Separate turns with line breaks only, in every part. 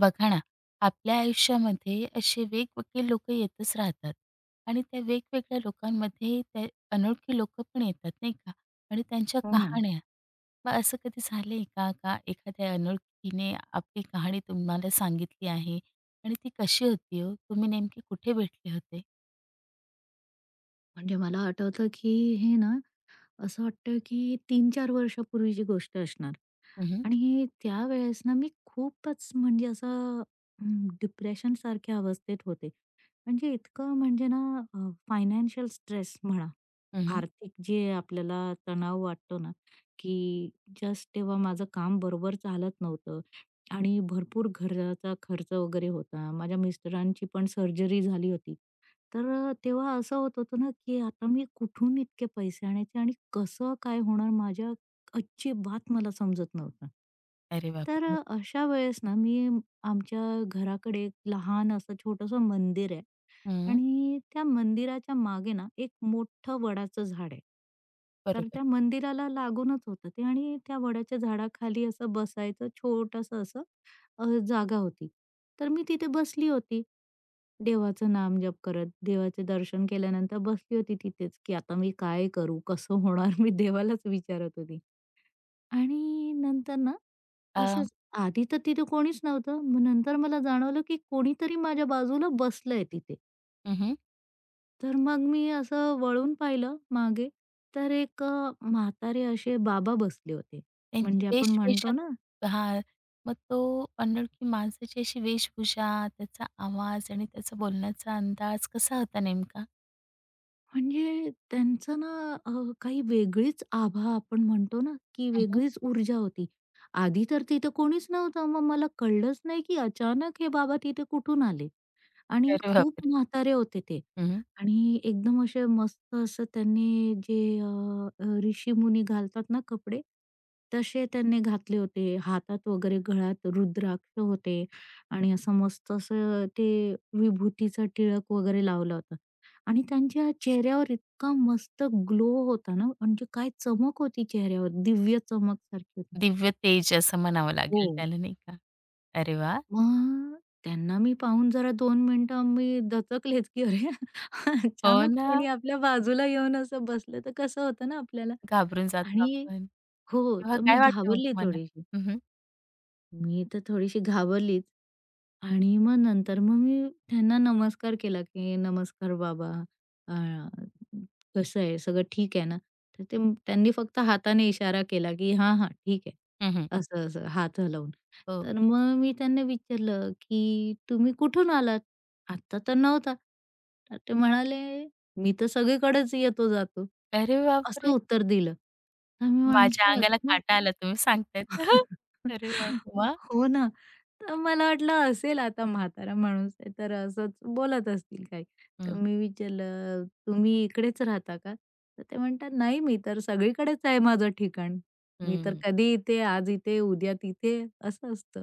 बघा ना, आपल्या आयुष्यामध्ये असे वेगवेगळे लोक येतच राहतात आणि त्या वेगवेगळ्या लोकांमध्ये त्या अनोळखी लोक पण येतात नाही का? आणि त्यांच्या
हो ना.
कहाण्या. मग असं कधी झालंय का, एखाद्या अनोळखीने आपली कहाणी तुम्हाला सांगितली आहे आणि ती कशी होती हो? तुम्ही नेमके कुठे भेटले होते?
म्हणजे मला आठवतं, की हे ना असं वाटतं, की 3-4 वर्षापूर्वीची गोष्ट असणार.
हं, हं.
आणि हे त्यावेळेस ना मी खूपच म्हणजे असं डिप्रेशनसारख्या अवस्थेत होते. म्हणजे इतकं म्हणजे ना अ, फायनान्शियल स्ट्रेस म्हणा,
हं, हं.
आर्थिक जे आपल्याला तणाव वाटतो ना, की जस्ट तेव्हा माझं काम बरोबर चालत नव्हतं आणि भरपूर घराचा खर्च वगैरे होता. माझ्या मिस्टरांची पण सर्जरी झाली होती. तर तेव्हा असं होत होतं ना, की आता मी कुठून इतके पैसे आणायचे आणि कसं काय होणार माझ्या अजिबात मला समजत नव्हतं.
अरे
तर
बापरे!
अशा वेळेस ना मी आमच्या घराकडे एक लहान असं छोटंसं मंदिर आहे
हं,
आणि त्या मंदिराच्या मागे ना एक मोठं वडाचं झाड आहे. तर
बरोबर.
त्या मंदिराला लागूनच होतं ते आणि त्या वडाच्या झाडाखाली असं बसायचं छोटंसं असं जागा होती. तर मी तिथे बसली होती. देवाचं नामजप करत, देवाचे दर्शन केल्यानंतर बसली होती तिथेच, की आता मी काय करू? कसं होणार? मी देवालाच विचारत होती. आणि नंतर ना,
अ,
असंच आधी तर तिथे कोणीच नव्हतं. मग नंतर मला जाणवलं, की कोणीतरी माझ्या बाजूला बसलंय तिथे.
हं,
तर मग मी असं वळून पाहिलं मागे, तर एक म्हातारे असे बाबा बसले होते.
त्यांची
म्हणजे आपण
वेशभूषा
म्हणतो ना,
हां, मग तो अनोळखी माणसाची अशी वेशभूषा, त्याचा आवाज आणि त्याचा बोलण्याचा अंदाज कसा होता नेमका?
म्हणजे त्यांचं ना काही वेगळीच आभा आपण म्हणतो ना, की
हं, हं.
वेगळीच ऊर्जा होती. आधी तर तिथं कोणीच नव्हतं. मग मला कळलंच नाही, की अचानक हे बाबा तिथे कुठून आले आणि
अरे
खूप
बापरे!
म्हातारे होते ते
हं.
आणि एकदम असे मस्त असं त्यांनी जे अ, अ, ऋषीमुनी घालतात ना कपडे, तसे त्यांनी घातले होते. हातात वगैरे गळ्यात रुद्राक्ष होते आणि असं मस्त असं ते विभूतीचा टिळक वगैरे लावला होता. आणि त्यांच्या चेहऱ्यावर इतका मस्त ग्लो होता ना, म्हणजे काय चमक होती चेहऱ्यावर, दिव्य चमक सारखी होती.
दिव्य तेज असं म्हणावं
हो.
लागेल त्याला नाही का? अरे वाह!
मग त्यांना मी पाहून जरा दोन मिनिटं मी दचकलेच, की अरे,
हो
अचानक
ना,
कोणी आपल्या बाजूला येऊन असं बसलं तर कसं होतं ना आपल्याला
घाबरून जातो
आणि
आपण.
हो,
तेव्हा
तर मी
काय वाटलं मग
घाबरली
तुम्हाला?
थोडीशी.
हं, हं.
मी तर थोडीशी घाबरलीच आणि मग नंतर मी त्यांना नमस्कार केला, की "नमस्कार बाबा, अ, कसं आहे? सगळं ठीक आहे ना?" तर ते त्यांनी फक्त हाताने इशारा केला, की "हां, हां, ठीक आहे."
हं, हं.
असं-असं हात हलवून.
हो.
तर मग मी त्यांना विचारलं, की "तुम्ही कुठून आलात? आत्ता तर नव्हता." तर ते म्हणाले, "मी तर सगळीकडेच येतो-जातो."
अरे
असं
बापरे!
उत्तर दिलं. तर मी
माझ्या
म्हटलं,
अंगाला
"अच्छा."
काटा आला तुम्ही सांगतायत. अरे बापरे! मग?
हो ना. तर मला वाटलं असेल आता म्हातारा माणूस आहे तर असंच बोलत असतील काही. तर
हं,
मी विचारलं, "तुम्ही इकडेच राहता का?" तर ते म्हणतात, "नाही, मी तर सगळीकडेच आहे माझं ठिकाण. मी तर
हं.
कधी इथे, आज इथे, उद्या तिथे," असं असतं.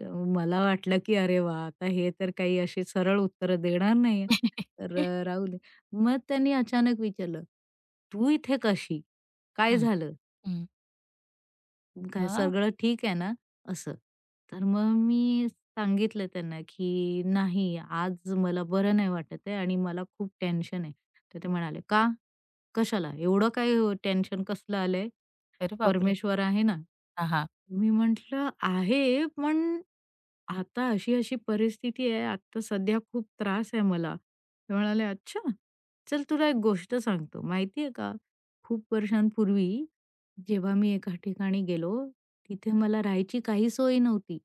तर मला वाटलं की अरे वाह! आता हे तर काही अशी सरळ उत्तरं देणार नाहीये. तर राहू दे. मग त्यांनी अचानक विचारलं, "तू इथे कशी? काय
हं,
झालं?"
हं.
काय
मग?
सगळं ठीक आहे ना असं. तर मग मी सांगितलं त्यांना, की "नाही, आज मला बरं नाही वाटत आहे आणि मला खूप टेन्शन आहे." तर ते म्हणाले, "का? कशाला? एवढं काय टेन्शन कसलं आलंय?"
अरे बापरे!
परमेश्वर आहे ना.
हां, हां.
मी म्हटलं, "आहे, पण आता अशी-अशी परिस्थिती आहे. आता सध्या खूप त्रास आहे मला." ते म्हणाले, "अच्छा, चल तुला एक गोष्ट सांगतो. माहिती आहे का, खूप वर्षांपूर्वी जेव्हा मी एका ठिकाणी गेलो, तिथे मला राहायची काही सोय नव्हती.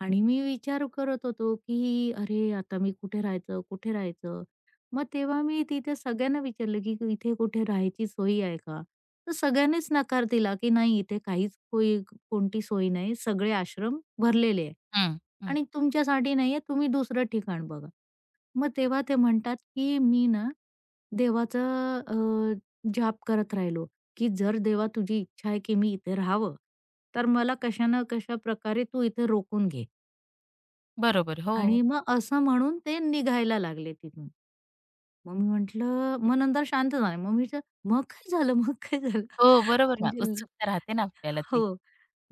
आणि मी विचार करत होतो, की "अरे, आता मी कुठे राहायचं, कुठे राहायचं?" मग तेव्हा मी तिथे सगळ्यांना विचारलं, की "इथे कुठे राहायची सोय आहे का?" तर सगळ्यांनीच नकार दिला, की "नाही, इथे काहीच कोणती सोय नाही. सगळे आश्रम भरलेले आहे
हं, हं.
आणि तुमच्यासाठी नाही तुम्ही दुसरं ठिकाण बघा." मग तेव्हा ते म्हणतात, की मी ना देवाचा अ, जाप करत राहिलो, की "जर देवा तुझी इच्छा आहे, की मी इथे राहावं, तर मला कशा ना कशा प्रकारे तू इथे रोखून घे."
बरोबर. हो.
आणि मग असं म्हणून ते निघायला लागले तिथून. मग मी म्हटलं मग नंतर शांत झाले. मग मी विचार "मग काय झालं? मग काय झालं?"
हो, बरोबर ना.
म्हणजे
उत्सुकता राहते ना आपल्याला ती.
हो,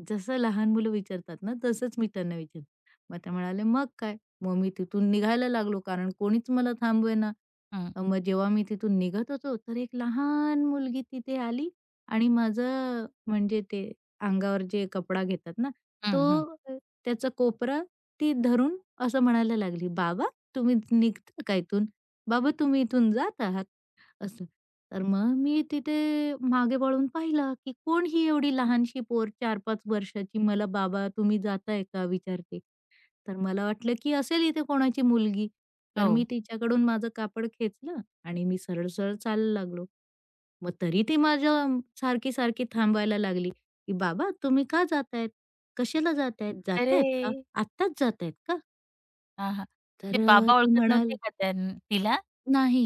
जसं लहान मुलं विचारतात ना, तसंच मी त्यांना विचारलं. मग त्या म्हणाल्या, "मग काय?" मग मी तिथून निघायला लागलो कारण कोणीच मला थांबवेना.
हं,
मग जेव्हा मी तिथून निघत होतो, तर एक लहान मुलगी तिथे आली आणि माझं म्हणजे ते अंगावर जे कपडा घेतात ना, तो
हं, हं.
अ, त्याचा कोपरा ती धरून असं म्हणायला लागली, "बाबा, तुम्ही निघता का इथून? बाबा, तुम्ही इथून जात आहात?" असं. तर मग मी तिथे मागे वळून पाहिलं, की कोण ही एवढी लहानशी पोर 4-5 वर्षाची मला "बाबा, तुम्ही जाताय का?" विचारते. तर मला वाटलं, की असेल इथे कोणाची मुलगी. तर
हो.
मी तिच्याकडून माझं कापड खेचलं आणि मी सरळ-सरळ चालायला लागलो. मग तरी ती माझ्या सारखी-सारखी थांबायला लागली, की "बाबा तुम्ही का जातायत? कशाला जातायत? हं.
अरे!
जातायत का? आत्ताच जातायत का?"
हां, हां.
तर
ते
अ,
बाबा
ती
ओळखत नव्हते
म्हणाल
का तिला?
नाही.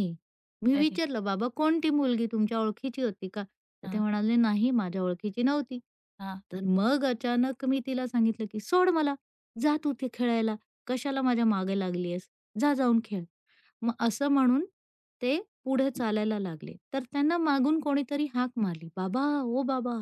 मी
अरे!
विचारलं, "बाबा कोणती मुलगी तुमच्या ओळखीची होती का?" तर ते
हां,
म्हणाले, "नाही, माझ्या ओळखीची नव्हती."
हां,
तर मग अचानक मी तिला सांगितलं, की "सोड मला. जा तू ते खेळायला. कशाला माझ्या मागे लागली आहेस? जा जाऊन खेळ." मग असं म्हणून ते पुढे चालायला लागले. तर त्यांना मागून कोणीतरी हाक मारली, "बाबा, ओ बाबा."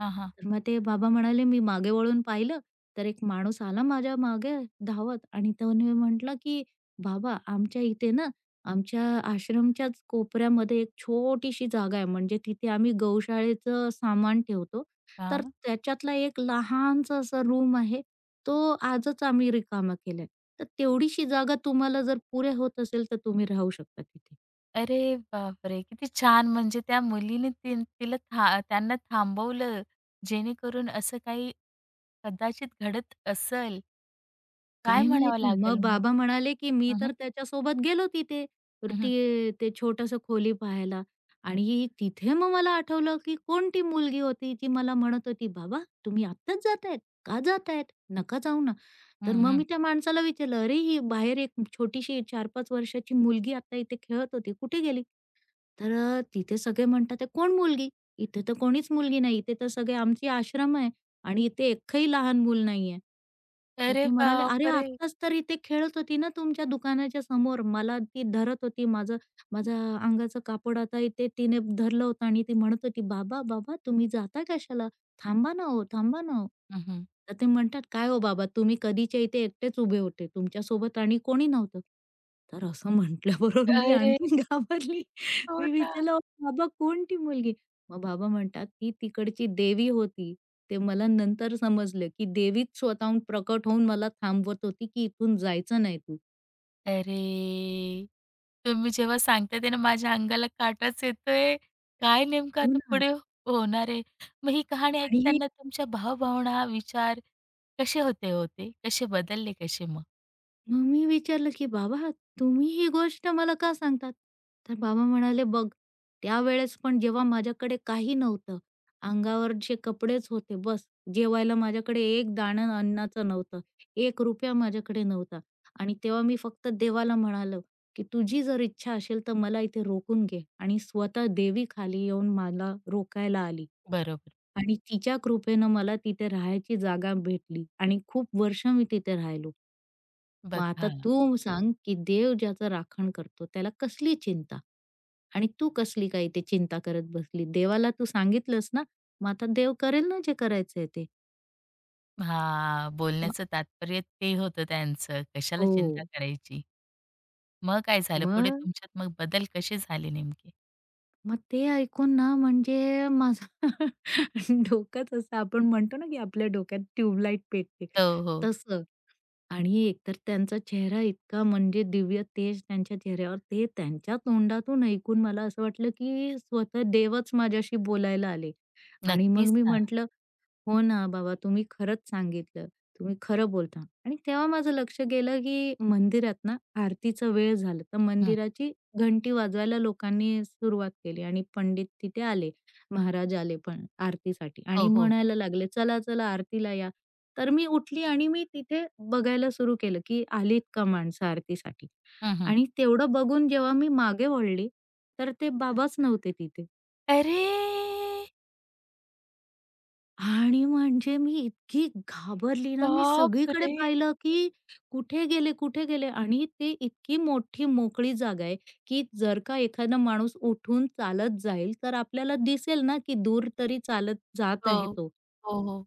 हां, हां,
तर मग ते बाबा म्हणाले, "मी मागे वळून पाहिलं, तर एक माणूस आला माझ्या मागे धावत आणि त्याने म्हटला, की 'बाबा, आमच्या इथे ना आमच्या आश्रमच्याच कोपऱ्यामध्ये एक छोटीशी जागा आहे, म्हणजे तिथे आम्ही गौशाळेचं सामान ठेवतो. तर
हां.
त्याच्यातला एक लहानसा असा रूम आहे, तो आजच आम्ही रिकामा केलाय. तर तेवढीशी जागा तुम्हाला जर पुरे होत असेल, तर तुम्ही राहू शकता तिथे.
अरे बापरे! किती छान म्हणजे त्या मुलीने ती तिला था त्यांना थांबवलं, जेणेकरून असं काही कदाचित घडत असेल. काय
काय
म्हणावं
माहिती? मग
लागेल मग
बाबा
ते?
म्हणाले, की मी
हं, हं.
तर त्याच्यासोबत गेलो तिथे. तर
हं, हं.
ती ते छोटंसं खोली पाहायला आणि तिथे मग मला आठवलं, की कोण मुलगी होती जी मला म्हणत होती, "बाबा, तुम्ही आत्ताच जातायत? का जातायत? नका जाऊ ना." तर
हं,
मग
हं.
मी त्या माणसाला विचारलं, "अरे, ही बाहेर एक छोटीशी 4-5 वर्षाची मुलगी आता इथे खेळत होती. कुठे गेली?" तर तिथे सगळे म्हणतात, "आहे कोण मुलगी? इथे तर कोणीच मुलगी नाही. इथे तर सगळे आमची आश्रम आहे आणि इथे एकही लहान मूल नाहीये." तर
अरे
ते म्हणाले, "अरे
बापरे!
आत्ताच तर इथे खेळत होती ना तुमच्या दुकानाच्या समोर. मला ती धरत होती माझ्या अंगाचं कापड आता इथे तिने धरलं होतं आणि ती म्हणत होती, 'बाबा, बाबा तुम्ही जाता कशाला? थांबा ना हो, थांबा ना हो.'"
हं, हं.
तर ते म्हणतात, "काय हो बाबा तुम्ही कधीच्या इथे एकटेच उभे होते. तुमच्यासोबत आणि कोणी नव्हतं." तर असं म्हटल्याबरोबर मी
अरे!
आणखीन घाबरली.
हो
मी
ना.
विचारलं, "बाबा कोण ती मुलगी?" मग बाबा म्हणतात, की तिकडची देवी होती. ते मला नंतर समजलं, की देवीच स्वतःहून प्रकट होऊन मला थांबवत होती, की इथून जायचं नाही तू."
अरे! तुम्ही जेव्हा सांगताय ते ना माझ्या अंगाला काटाच येतोय. काय नेमकं
हो
आता
ना.
पुढे होणार आहे? मग ही कहाणी
आणि
ऐकताना तुमच्या भावभावना, विचार कसे होते हो ते? कसे बदलले कसे मग?
मग मी विचारलं, की "बाबा, तुम्ही ही गोष्ट मला का सांगतात?" तर बाबा म्हणाले, "बघ, त्यावेळेस पण जेव्हा माझ्याकडे काही नव्हतं, अंगावर जे कपडेच होते बस, जेवायला माझ्याकडे एक दाणं अन्नाचं नव्हतं, एक रुपया माझ्याकडे नव्हता आणि तेव्हा मी फक्त देवाला म्हणालो, की तुझी जर इच्छा असेल तर मला इथे रोखून घे" आणि स्वतः देवी खाली येऊन मला रोकायला आली.
बरोबर.
आणि तिच्या कृपेनं मला तिथे राहायची जागा भेटली आणि खूप वर्ष मी तिथे राहिलो. मग
बघा
आता तू सांग, की देव ज्याचं राखण करतो त्याला कसली चिंता? आणि तू कसली काय ते चिंता करत बसली? देवाला तू सांगितलंस ना, मग आता देव करेल ना जे करायचंय ते.
हां,
हं.
बोलण्याचं तात्पर्य ते होतं त्यांचं. कशाला चिंता
हो,
करायची? मग काय झालं? पुढे
मग
तुमच्यात मग बदल कसे झाले नेमके?
मग ते ऐकून ना म्हणजे माझं डोकंच असं आपण म्हणतो ना, की आपल्या डोक्यात ट्यूबलाईट पेटते,
हो, हो.
तसं. आणि एकतर त्यांचा चेहरा इतका म्हणजे दिव्य तेज त्यांच्या चेहऱ्यावर, ते त्यांच्या तोंडातून ऐकून मला असं वाटलं, की स्वतः देवच माझ्याशी बोलायला आले. आणि मग
नक्कीच
मी
ना.
म्हटलं, "हो ना बाबा, तुम्ही खरंच सांगितलं. तुम्ही खरं बोलता." आणि तेव्हा माझं लक्ष गेलं, की मंदिरात ना आरतीचा वेळ झाला, तर
हं.
मंदिराची घंटी वाजवायला लोकांनी सुरुवात केली आणि पंडित तिथे आले. महाराज आले पण आरतीसाठी
हो,
आणि
हो.
म्हणायला लागले, "चला, चला आरतीला या." तर मी उठली आणि मी तिथे बघायला सुरू केलं, की आलीत का माणसं आरतीसाठी
हं, हं.
आणि तेवढं बघून जेव्हा मी मागे वळली, तर ते बाबाच नव्हते तिथे.
अरे!
आणि म्हणजे मी इतकी घाबरली ना, मी सगळीकडे
बापरे!
पाहिलं, की कुठे गेले, कुठे गेले? आणि ते इतकी मोठी मोकळी जागा आहे, की जर का एखादा माणूस उठून चालत जाईल, तर आपल्याला दिसेल ना, की दूर तरी चालत जात
हो.
आहे तो.
हो, हो.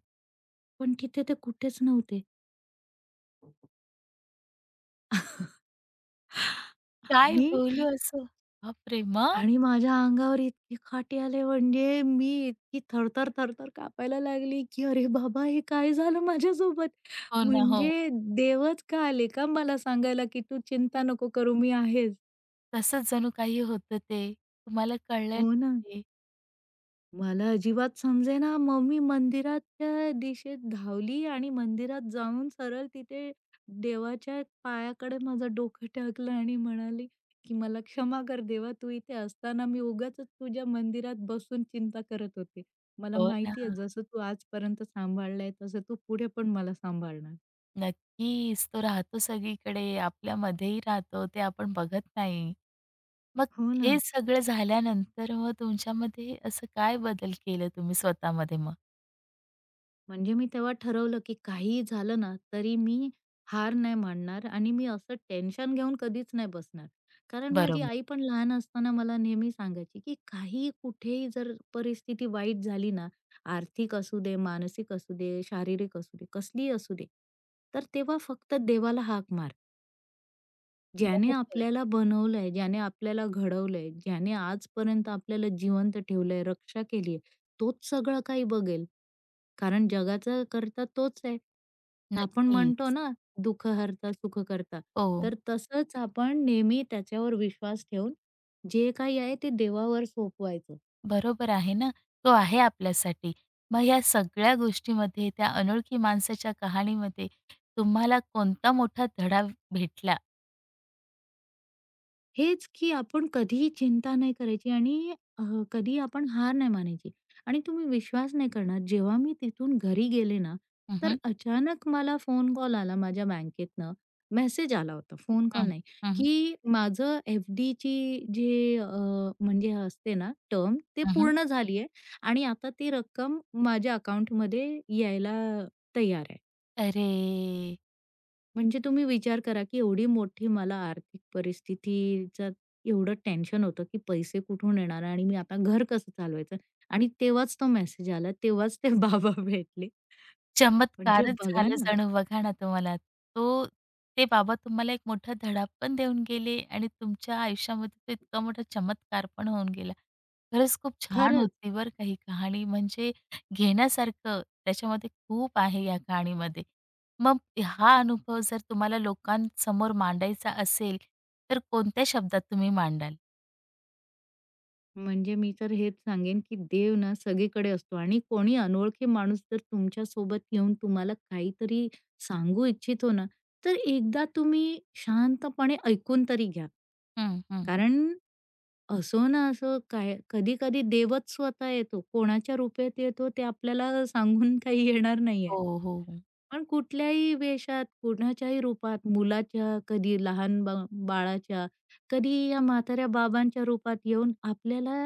पण तिथे ते कुठेच नव्हते
काय
आणि
बोलू असं? बापरे! मग?
आणि माझ्या अंगावर इतकी खाटी आले म्हणजे मी इतकी थरथर, थरथर कापायला लागली, की "अरे बाबा! हे काय झालं माझ्यासोबत?"
हो ना, हो.
म्हणजे देवच का आले का मला सांगायला, की "तू चिंता नको करू मी आहेच."
तसंच जणू काही होतं ते. तुम्हाला कळलं नाही
हो ना.
ते.
मला अजिबात समजेना. मग मी मंदिराच्या दिशेत धावली आणि मंदिरात जाऊन सरळ तिथे देवाच्या पायाकडे माझं डोकं टाकलं आणि म्हणाली, की "मला क्षमा कर देवा, तू इथे असताना मी उगाचच तुझ्या मंदिरात बसून चिंता करत होते. मला
हो ना.
माहिती आहे जसं तू आजपर्यंत सांभाळलंय, तसं तू पुढे पण मला सांभाळणार."
नक्कीच. तो राहतो सगळीकडे, आपल्यामध्येही राहतो, ते आपण बघत नाही. मग
हो
हे
ना.
सगळं झाल्यानंतर मग तुमच्यामध्ये असं काय बदल केलं तुम्ही स्वतःमध्ये मग?
म्हणजे मी तेव्हा ठरवलं, की काहीही झालं ना, तरी मी हार नाही मानणार आणि मी असं टेन्शन घेऊन कधीच नाही बसणार. कारण माझी
बरोबर.
आई पण लहान असताना मला नेहमी सांगायची, की काही कुठेही जर परिस्थिती वाईट झाली ना, आर्थिक असू दे, मानसिक असू दे, शारीरिक असू दे, कसलीही असू दे, तर तेव्हा फक्त देवाला हाक मार. ज्याने
बरोबर.
आपल्याला बनवलंय, ज्याने आपल्याला घडवलंय, ज्याने आजपर्यंत आपल्याला जिवंत ठेवलंय, रक्षा केलीये, तोच सगळं काही बघेल. कारण जगाचा करता तोच आहे. तर आपण म्हणतो
नक्कीच.
ना, "दुःख हरता, सुख करता."
हो.
तर तसंच आपण नेहमी त्याच्यावर विश्वास ठेवून जे काही आहे ते देवावर सोपवायचं.
बरोबर आहे ना, तो आहे आपल्यासाठी. मग ह्या सगळ्या गोष्टीमध्ये त्या अनोळखी माणसाच्या कहाणीमध्ये तुम्हाला कोणता मोठा धडा भेटला?
हेच की आपण कधीही चिंता नाही करायची आणि अ, कधी आपण हार नाही मानायची. आणि तुम्ही विश्वास नाही करणार, जेव्हा मी तिथून घरी गेले ना,
हं,
तर
हं,
अचानक मला फोन कॉल आला माझ्या बँकेतनं. मेसेज आला होता, फोन कॉल
हं,
नाही,
हं,
की माझं एफ-डीची जी म्हणजे असते ना टर्म, ते
हं,
पूर्ण झाली आहे आणि आता ती रक्कम माझ्या अकाउंटमध्ये यायला तयार आहे.
अरे!
म्हणजे तुम्ही विचार करा, की एवढी मोठी मला आर्थिक परिस्थितीचं एवढं टेन्शन होतं, की पैसे कुठून येणार आणि मी आता घर कसं चालवायचं? आणि तेव्हाच तो मेसेज आला, तेव्हाच ते बाबा भेटले. म्हणजे
चमत्कारच
बघा
झालं
ना
जणू बघा ना तुम्हाला. तो ते बाबा तुम्हाला एक मोठा धडा पण देऊन गेले आणि तुमच्या आयुष्यामध्ये तो इतका मोठा चमत्कार पण होऊन गेला. खरंच खूप छान
खरंच.
होती बरं का ही कहाणी म्हणजे घेण्यासारखं त्याच्यामध्ये खूप आहे या कहाणीमध्ये. मग हा अनुभव जर तुम्हाला लोकांसमोर मांडायचा असेल, तर कोणत्या शब्दात तुम्ही मांडाल?
म्हणजे मी तर हेच सांगेन, की देव ना सगळीकडे असतो आणि कोणी अनोळखी माणूस जर तुमच्या सोबत येऊन तुम्हाला काहीतरी सांगू इच्छितो ना, तर एकदा तुम्ही शांतपणे ऐकून तरी घ्या.
हं, हं.
कारण असो ना असो काय कधी-कधी देवच स्वतः येतो. कोणाच्या रूपात येतो ते आपल्याला सांगून काही येणार
हो,
नाहीये.
हो.
पण कुठल्याही वेशात, कुणाच्याही रूपात, मुलाच्या, कधी लहान बा बाळाच्या, कधी या म्हाताऱ्या बाबांच्या रूपात येऊन आपल्याला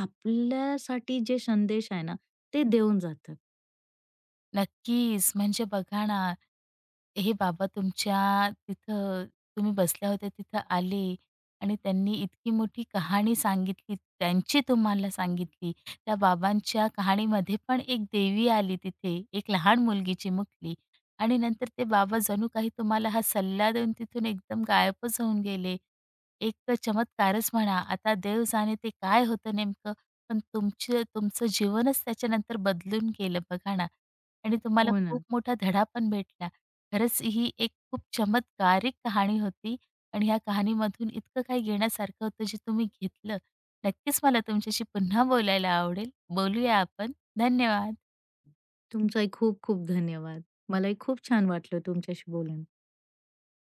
आपल्यासाठी जे संदेश आहे ना, ते देऊन जातात.
नक्कीच. म्हणजे बघा ना, हे बाबा तुमच्या तिथं तुम्ही बसल्या होत्या तिथं आले आणि त्यांनी इतकी मोठी कहाणी सांगितली, त्यांची तुम्हाला सांगितली. त्या बाबांच्या कहाणीमध्ये पण एक देवी आली तिथे, एक लहान मुलगी चिमुकली आणि नंतर ते बाबा जणू काही तुम्हाला हा सल्ला देऊन तिथून एकदम गायबच होऊन गेले. एक चमत्कारच म्हणा. आता देव जाणे ते काय होतं नेमकं, पण तुमचं जीवनच त्याच्यानंतर बदलून गेलं बघा ना. आणि तुम्हाला
हो
खूप
ना.
मोठा धडा पण भेटला. खरंच ही एक खूप चमत्कारिक कहाणी होती आणि ह्या कहाणीमधून इतकं काही घेण्यासारखं होतं जे तुम्ही घेतलं. नक्कीच मला तुमच्याशी पुन्हा बोलायला आवडेल. बोलूया आपण. धन्यवाद.
तुमचाही खूप खूप धन्यवाद. मलाही खूप छान वाटलं तुमच्याशी बोलून.